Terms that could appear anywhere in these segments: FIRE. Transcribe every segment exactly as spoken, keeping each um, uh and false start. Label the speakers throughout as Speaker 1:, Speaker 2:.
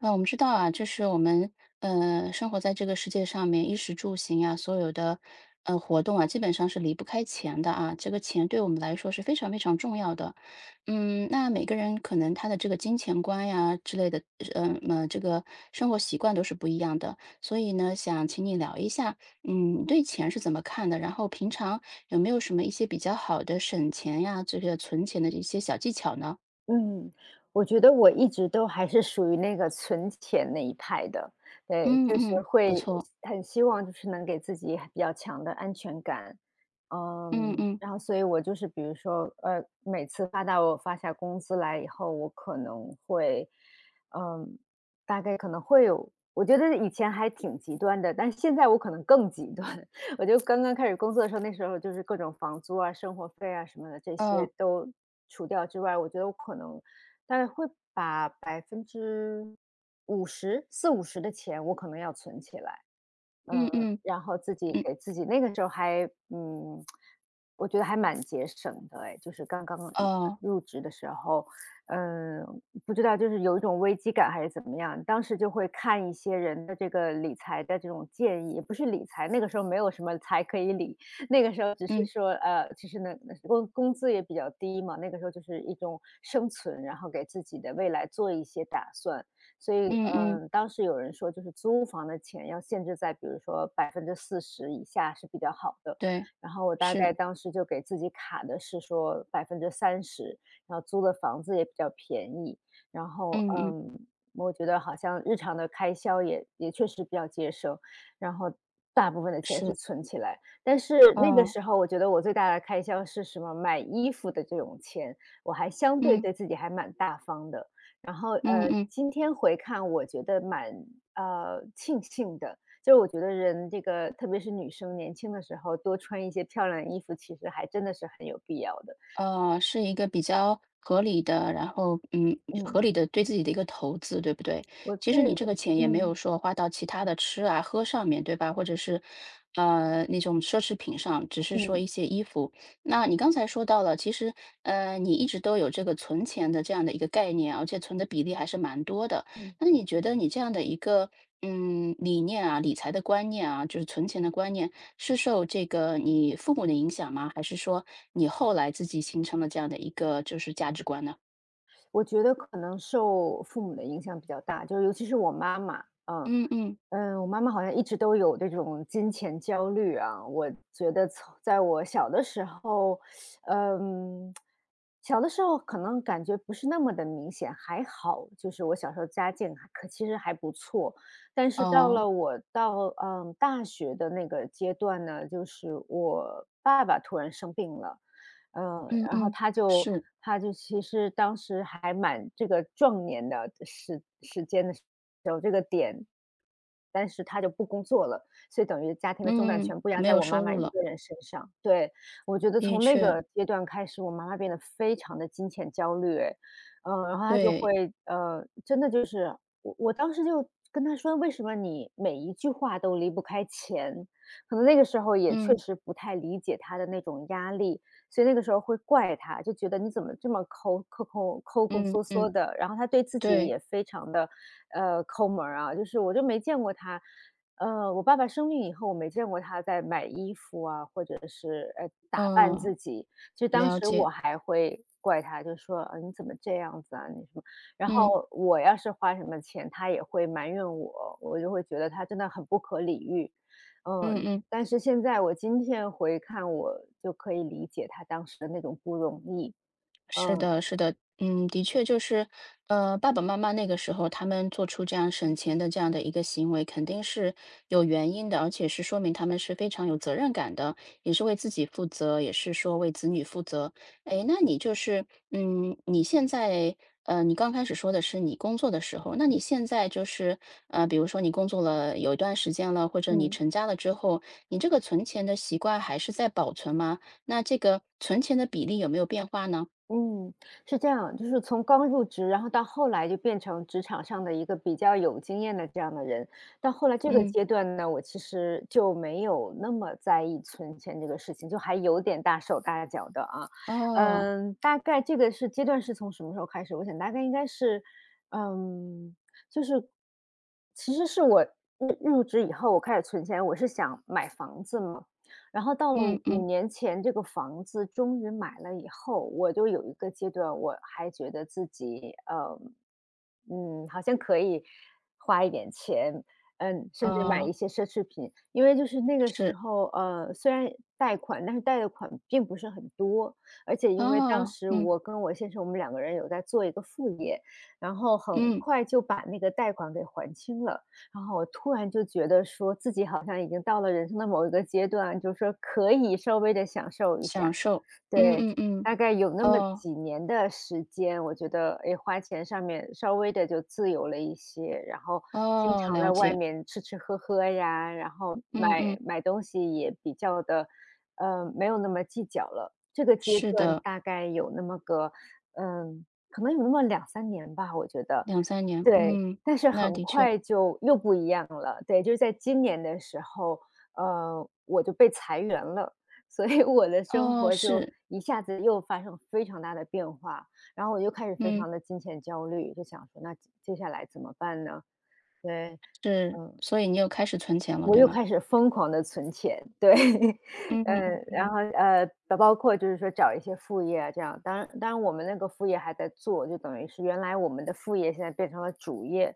Speaker 1: 啊，我们知道啊，就是我们呃生活在这个世界上面，衣食住行啊，所有的呃活动啊，基本上是离不开钱的啊。这个钱对我们来说是非常非常重要的。嗯，那每个人可能他的这个金钱观呀之类的，嗯呃，呃这个生活习惯都是不一样的。所以呢，想请你聊一下，嗯，你对钱是怎么看的？然后平常有没有什么一些比较好的省钱呀，这个存钱的一些小技巧呢？
Speaker 2: 嗯，我觉得我一直都还是属于那个存钱那一派的，对，
Speaker 1: 嗯
Speaker 2: 就是
Speaker 1: 嗯，不
Speaker 2: 会
Speaker 1: 错。
Speaker 2: 很希望就是能给自己比较强的安全感。
Speaker 1: 嗯
Speaker 2: 嗯，
Speaker 1: 嗯
Speaker 2: 然后所以我就是比如说，呃，每次发到我发下工资来以后，我可能会，嗯，大概可能会有，我觉得以前还挺极端的，但现在我可能更极端，我就刚刚开始工作的时候，那时候就是各种房租啊、生活费啊什么的，这些
Speaker 1: 嗯
Speaker 2: 都除掉之外，我觉得我可能大概会把百分之五十、四五十的钱，我可能要存起来。嗯，
Speaker 1: 嗯嗯。
Speaker 2: 然后自己
Speaker 1: 嗯。
Speaker 2: 给自己那个时候还嗯，我觉得还蛮节省的哎，就是刚刚
Speaker 1: 哦。
Speaker 2: 入职的时候，嗯，不知道就是有一种危机感还是怎么样，当时就会看一些人的这个理财的这种建议，也不是理财，那个时候没有什么财可以理，那个时候只是
Speaker 1: 嗯。
Speaker 2: 说呃，其实呢工工资也比较低嘛，那个时候就是一种生存，然后给自己的未来做一些打算，所以，
Speaker 1: 嗯嗯。
Speaker 2: 嗯，当时有人说就是租房的钱要限制在比如说百分之四十以下是比较好的，
Speaker 1: 对。
Speaker 2: 然后我大
Speaker 1: 是。
Speaker 2: 概当时就给自己卡的是说百分之三十，然后租的房子也比较便宜，然后，
Speaker 1: 嗯嗯。
Speaker 2: 嗯，我觉得好像日常的开销也也确实比较节省，然后大部分的钱是
Speaker 1: 是。
Speaker 2: 存起来。但是那个
Speaker 1: 哦。
Speaker 2: 时候我觉得我最大的开销是什么？买衣服的这种钱，我还相对
Speaker 1: 嗯。
Speaker 2: 对自己还蛮大方的，然后，
Speaker 1: 嗯
Speaker 2: 呃，
Speaker 1: 嗯。
Speaker 2: 今天回看我觉得蛮，呃，庆幸的，就是我觉得人这个特别是女生年轻的时候多穿一些漂亮的衣服，其实还真的是很有必要的。
Speaker 1: 呃，是一个比较合理的，然后嗯，合
Speaker 2: 嗯，
Speaker 1: 理的对自己的一个投资，对不对？
Speaker 2: 我
Speaker 1: 其实
Speaker 2: 对
Speaker 1: 你这
Speaker 2: 我
Speaker 1: 个钱也没
Speaker 2: 嗯，
Speaker 1: 有说花到其他的吃啊、喝上面，对吧？或者是呃那种奢侈品上，只是说
Speaker 2: 嗯，
Speaker 1: 一些衣服。那你刚才说到了，其实呃你一直都有这个存钱的这样的一个概念，而且存的比例还是蛮多的。
Speaker 2: 嗯，
Speaker 1: 那你觉得你这样的一个嗯理念啊、理财的观念啊，就是存钱的观念，是受这个你父母的影响吗？还是说你后来自己形成了这样的一个就是价值观呢？
Speaker 2: 我觉得可能受父母的影响比较大，就是尤其是我妈妈，嗯。
Speaker 1: 嗯嗯。
Speaker 2: 嗯，我妈妈好像一直都有这种金钱焦虑啊，我觉得从在我小的时候，嗯，小的时候可能感觉不是那么的明显，还好，就是我小时候家境还可其实还不错，但是到
Speaker 1: 哦。
Speaker 2: 了我到嗯大学的那个阶段呢，就是我爸爸突然生病了，嗯，
Speaker 1: 嗯
Speaker 2: 然后
Speaker 1: 嗯。
Speaker 2: 他就
Speaker 1: 是。
Speaker 2: 他就其实当时还蛮这个壮年的时时间的时候，这个点，但是他就不工作了，所以等于家庭的重担
Speaker 1: 嗯，
Speaker 2: 全部压
Speaker 1: 没
Speaker 2: 在
Speaker 1: 有
Speaker 2: 我妈
Speaker 1: 收
Speaker 2: 妈
Speaker 1: 入
Speaker 2: 一
Speaker 1: 了。
Speaker 2: 个人身上。对，我觉得
Speaker 1: 的
Speaker 2: 从那
Speaker 1: 确。
Speaker 2: 个阶段开始，我妈妈变得非常的金钱焦虑哎，嗯，然后她就
Speaker 1: 对。
Speaker 2: 会，呃，真的就我我当时就跟他说：“为什么你每一句话都离不开钱？”可能那个时候也确
Speaker 1: 嗯
Speaker 2: 实不太理解他的那种压力，所以那个时候会怪他，就觉得你怎么这么抠抠抠抠抠
Speaker 1: 嗯
Speaker 2: 缩
Speaker 1: 嗯。
Speaker 2: 缩的。然后他对自己
Speaker 1: 对。
Speaker 2: 也非常的，呃，抠门儿啊，就是我就没见过他，呃，我爸爸生病以后，我没见过他在买衣服啊，或者是，呃，打扮
Speaker 1: 嗯。
Speaker 2: 自己。其实当
Speaker 1: 了
Speaker 2: 时
Speaker 1: 解。
Speaker 2: 我还会怪他，就说："呃，你怎么这样子啊？你什么"然
Speaker 1: 嗯
Speaker 2: 后我要是花什么钱，他也会埋怨我，我就会觉得他真的很不可理喻。
Speaker 1: 嗯
Speaker 2: 嗯，
Speaker 1: 嗯。
Speaker 2: 但是现在我今天回看，我就可以理解他当时的那种不容易。
Speaker 1: 是
Speaker 2: 嗯，
Speaker 1: 的，是的，嗯，的确就是，呃，爸爸妈妈那个时候他们做出这样省钱的这样的一个行为，肯定是有原因的，而且是说明他们是非常有责任感的，也是为自己负责，也是说为子女负责。哎，那你就是，嗯，你现在，呃，你刚开始说的是你工作的时候，那你现在就是，呃，比如说你工作了有一段时间了，或者你
Speaker 2: 嗯。
Speaker 1: 成家了之后，你这个存钱的习惯还是在保存吗？那这个存钱的比例有没有变化呢？
Speaker 2: 嗯，是这样，就是从刚入职，然后到后来就变成职场上的一个比较有经验的这样的人。到后来这个
Speaker 1: 嗯。
Speaker 2: 阶段呢，我其实就没有那么在意存钱这个事情，就还有点大手大脚的啊。
Speaker 1: 哦。
Speaker 2: 嗯，大概这个是阶段是从什么时候开始？我想大概应该是，嗯，就是其实是我入入职以后，我开始存钱，我是想买房子嘛。然后到了
Speaker 1: 嗯嗯。
Speaker 2: 五年前，这个房子终于买了以后，我就有一个阶段，我还觉得自己，呃，嗯，好像可以花一点钱，嗯，甚至买一
Speaker 1: 哦。
Speaker 2: 些奢侈品。因为就是那个时
Speaker 1: 是。
Speaker 2: 候，呃，虽然贷款，但是贷的款并不是很多，而且因为当
Speaker 1: 哦。
Speaker 2: 时
Speaker 1: 嗯
Speaker 2: 我跟我先生，我们两个人有在做一个副业，然后很
Speaker 1: 嗯。
Speaker 2: 快就把那个贷款给还清了。然后我突然就觉得说自己好像已经到了人生的某一个阶段，就是说可以稍微的享受一下。
Speaker 1: 享受。嗯
Speaker 2: 对，
Speaker 1: 嗯嗯。
Speaker 2: 大概有那么
Speaker 1: 哦
Speaker 2: 几年的时间，我觉得，哎，花钱上面稍微的就自由了一些，然后经
Speaker 1: 哦，
Speaker 2: 常
Speaker 1: 了
Speaker 2: 在外
Speaker 1: 解。
Speaker 2: 面吃吃喝喝呀，然后
Speaker 1: 嗯
Speaker 2: 买
Speaker 1: 嗯。
Speaker 2: 买东西也比较的，呃，没有那么计较了。这个阶
Speaker 1: 是
Speaker 2: 段
Speaker 1: 的。
Speaker 2: 大概有那么个，嗯，可能有那么两三年吧，我觉得。
Speaker 1: 两三年，
Speaker 2: 对，
Speaker 1: 嗯。
Speaker 2: 但是
Speaker 1: 那
Speaker 2: 很
Speaker 1: 的确。
Speaker 2: 快就又不一样了。对，就是在今年的时候，呃，我就被裁员了，所以我的生
Speaker 1: 哦，
Speaker 2: 活就
Speaker 1: 是。
Speaker 2: 一下子又发生非常大的变化，然后我就开始非
Speaker 1: 嗯
Speaker 2: 常的金钱焦虑，就想说那接下来怎么办呢？对，
Speaker 1: 是，
Speaker 2: 嗯。
Speaker 1: 所以你又开始存钱了，
Speaker 2: 我
Speaker 1: 对
Speaker 2: 又
Speaker 1: 吗？
Speaker 2: 开始疯狂的存钱，对，
Speaker 1: 嗯嗯
Speaker 2: 嗯，然
Speaker 1: 嗯。
Speaker 2: 后，呃，包括就是说找一些副业啊这样，当然当然我们那个副业还在做，就等于是原来我们的副业现在变成了主业，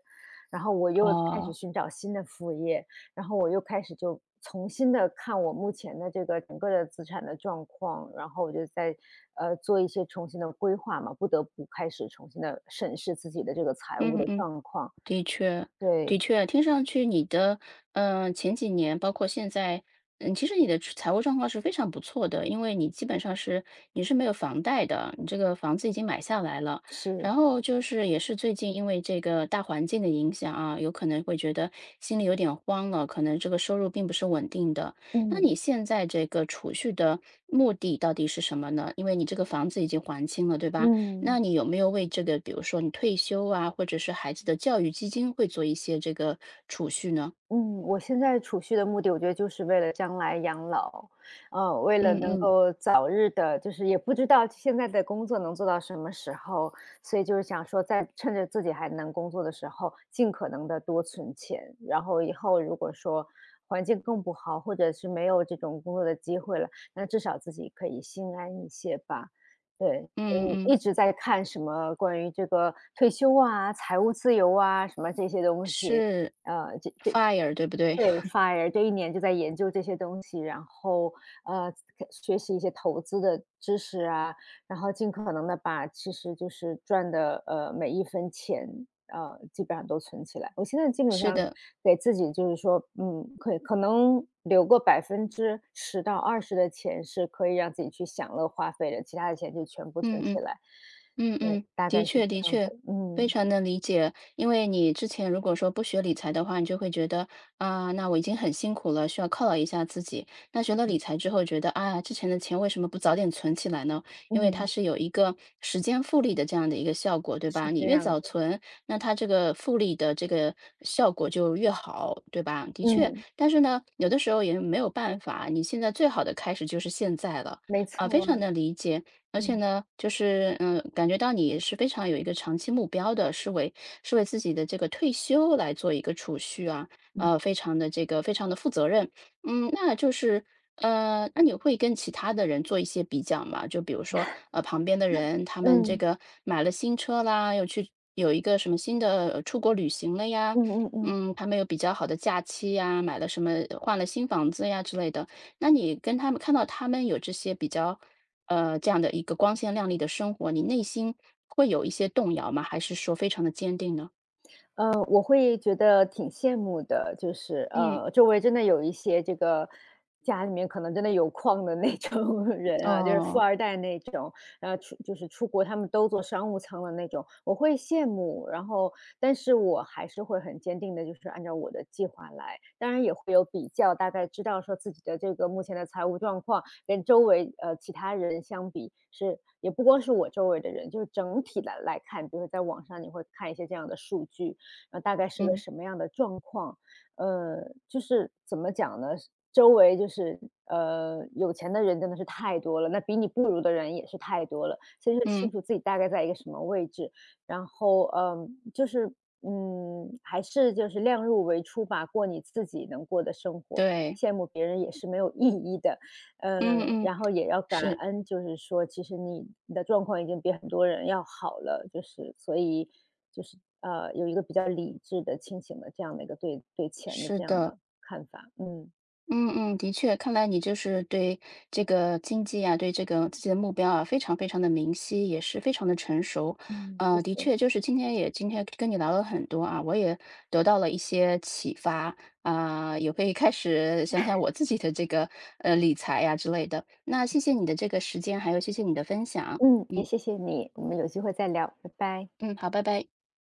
Speaker 2: 然后我又开始
Speaker 1: 哦。
Speaker 2: 寻找新的副业，然后我又开始就重新的看我目前的这个整个的资产的状况，然后我就在，呃，做一些重新的规划嘛，不得不开始重新的审视自己的这个财务
Speaker 1: 嗯
Speaker 2: 的
Speaker 1: 嗯。
Speaker 2: 状况，
Speaker 1: 的确，
Speaker 2: 对，
Speaker 1: 的确，听上去你的，嗯，前几年包括现在，嗯，其实你的财务状况是非常不错的，因为你基本上是你是没有房贷的，你这个房子已经买下来了。
Speaker 2: 是，
Speaker 1: 然后就是也是最近因为这个大环境的影响啊，有可能会觉得心里有点慌了，可能这个收入并不是稳定的。那你
Speaker 2: 嗯，
Speaker 1: 现在这个储蓄的目的到底是什么呢？因为你这个房子已经还清了，对吧？
Speaker 2: 嗯。
Speaker 1: 那你有没有为这个，比如说你退休啊，或者是孩子的教育基金，会做一些这个储蓄呢？
Speaker 2: 嗯，我现在储蓄的目的，我觉得就是为了将来养老，呃，为了
Speaker 1: 嗯
Speaker 2: 能
Speaker 1: 嗯
Speaker 2: 够早日的，就是也不知道现在的工作能做到什么时候，所以就是想说，在趁着自己还能工作的时候，尽可能的多存钱，然后以后如果说环境更不好，或者是没有这种工作的机会了，那至少自己可以心安一些吧。对，所以
Speaker 1: 嗯
Speaker 2: 你
Speaker 1: 嗯，
Speaker 2: 一直在看什么关于这个退休啊、财务自由啊什么这些东西。
Speaker 1: 是
Speaker 2: 呃，这这
Speaker 1: FIRE 对不对？
Speaker 2: 对 ，F I R E 这一年就在研究这些东西，然后呃，学习一些投资的知识啊，然后尽可能的把其实就是赚的呃每一分钱呃基本上都存起来。我现在基本
Speaker 1: 是
Speaker 2: 上
Speaker 1: 的。
Speaker 2: 给自己就是说，嗯，可以可能留个百分之十到二十的钱是可以让自己去享乐花费的，其他的钱就全部
Speaker 1: 嗯
Speaker 2: 存起
Speaker 1: 嗯。
Speaker 2: 来。
Speaker 1: 嗯
Speaker 2: 对，
Speaker 1: 嗯，
Speaker 2: 大
Speaker 1: 的
Speaker 2: 概是
Speaker 1: 确的
Speaker 2: 这样的，
Speaker 1: 确，非
Speaker 2: 嗯
Speaker 1: 常能理解。因为你之前如果说不学理财的话，你就会觉得啊，那我已经很辛苦了，需要犒劳一下自己。那学了理
Speaker 2: 嗯
Speaker 1: 财之后，觉得啊，之前的钱为什么不早点存起来呢？因为它
Speaker 2: 嗯，
Speaker 1: 是有一个时间复利的这样的一个效果，对
Speaker 2: 是
Speaker 1: 吧？你
Speaker 2: 这
Speaker 1: 越
Speaker 2: 样的，
Speaker 1: 早存，那它这个复利的这个效果就越好，对吧？的确，
Speaker 2: 嗯，
Speaker 1: 但是呢，有的时候也没有办法，你现在最好的开始就是现在了，
Speaker 2: 没
Speaker 1: 啊，非
Speaker 2: 错
Speaker 1: 常
Speaker 2: 啊，
Speaker 1: 能理解。而且
Speaker 2: 嗯
Speaker 1: 呢，就是，嗯，感觉到你是非常有一个长期目标的，是为是为自己的这个退休来做一个储蓄啊，
Speaker 2: 嗯。
Speaker 1: 呃，非常的这个非常的负责任。嗯，那就是，呃，那你会跟其他的人做一些比较吗？就比如说，呃，旁边的人，他们这
Speaker 2: 嗯，
Speaker 1: 个买了新车啦，又去有一个什么新的，呃出国旅行了呀，
Speaker 2: 嗯嗯嗯
Speaker 1: 嗯，他们有比较好的假期呀，买了什么换了新房子呀之类的。那你跟他们看到他们有这些比较呃，这样的一个光鲜亮丽的生活，你内心会有一些动摇吗？还是说非常的坚定呢？
Speaker 2: 呃，我会觉得挺羡慕的，就是
Speaker 1: 嗯。
Speaker 2: 呃，周围真的有一些这个家里面可能真的有矿的那种 人啊，就是富
Speaker 1: 哦。
Speaker 2: 二代那种，然后出就是出国他们都坐商务舱的那种，我会羡慕。然后，但是我还是会很坚定的，就是按照我的计划来。当然也会有比较，大概知道说自己的这个目前的财务状况跟周围呃其他人相比是，也不光是我周围的人，就是整体来来看，比如说在网上你会看一些这样的数据，呃，大概是个
Speaker 1: 嗯。
Speaker 2: 什么样的状况。呃，就是怎么讲呢？周围就是，呃，有钱的人真的是太多了，那比你不如的人也是太多了，所以说清
Speaker 1: 嗯。
Speaker 2: 楚自己大概在一个什么位置，然后，嗯，就是，嗯，还是就是量入为出吧，过你自己能过的生活，
Speaker 1: 对。
Speaker 2: 羡慕别人也是没有意义的。呃，
Speaker 1: 嗯嗯。
Speaker 2: 然后也要感
Speaker 1: 是。
Speaker 2: 恩，就是说其实你你的状况已经比很多人要好了，就是所以就是呃，有一个比较理智的、清醒的这样的一个对对钱的
Speaker 1: 是
Speaker 2: 这样
Speaker 1: 的。
Speaker 2: 的看法。嗯
Speaker 1: 嗯嗯，的确，看来你就是对这个经济啊，对这个自己的目标啊，非常非常的明晰，也是非常的成熟。
Speaker 2: 嗯，谢
Speaker 1: 呃，的
Speaker 2: 谢。
Speaker 1: 确，就是今天也今天跟你聊了很多啊，我也得到了一些启发啊，也会开始想想我自己的这个呃理财呀之类的。那谢谢你的这个时间，还有谢谢你的分享。
Speaker 2: 嗯，也
Speaker 1: 嗯
Speaker 2: 谢谢你，我们有机会再聊，拜拜。
Speaker 1: 嗯，好，拜拜。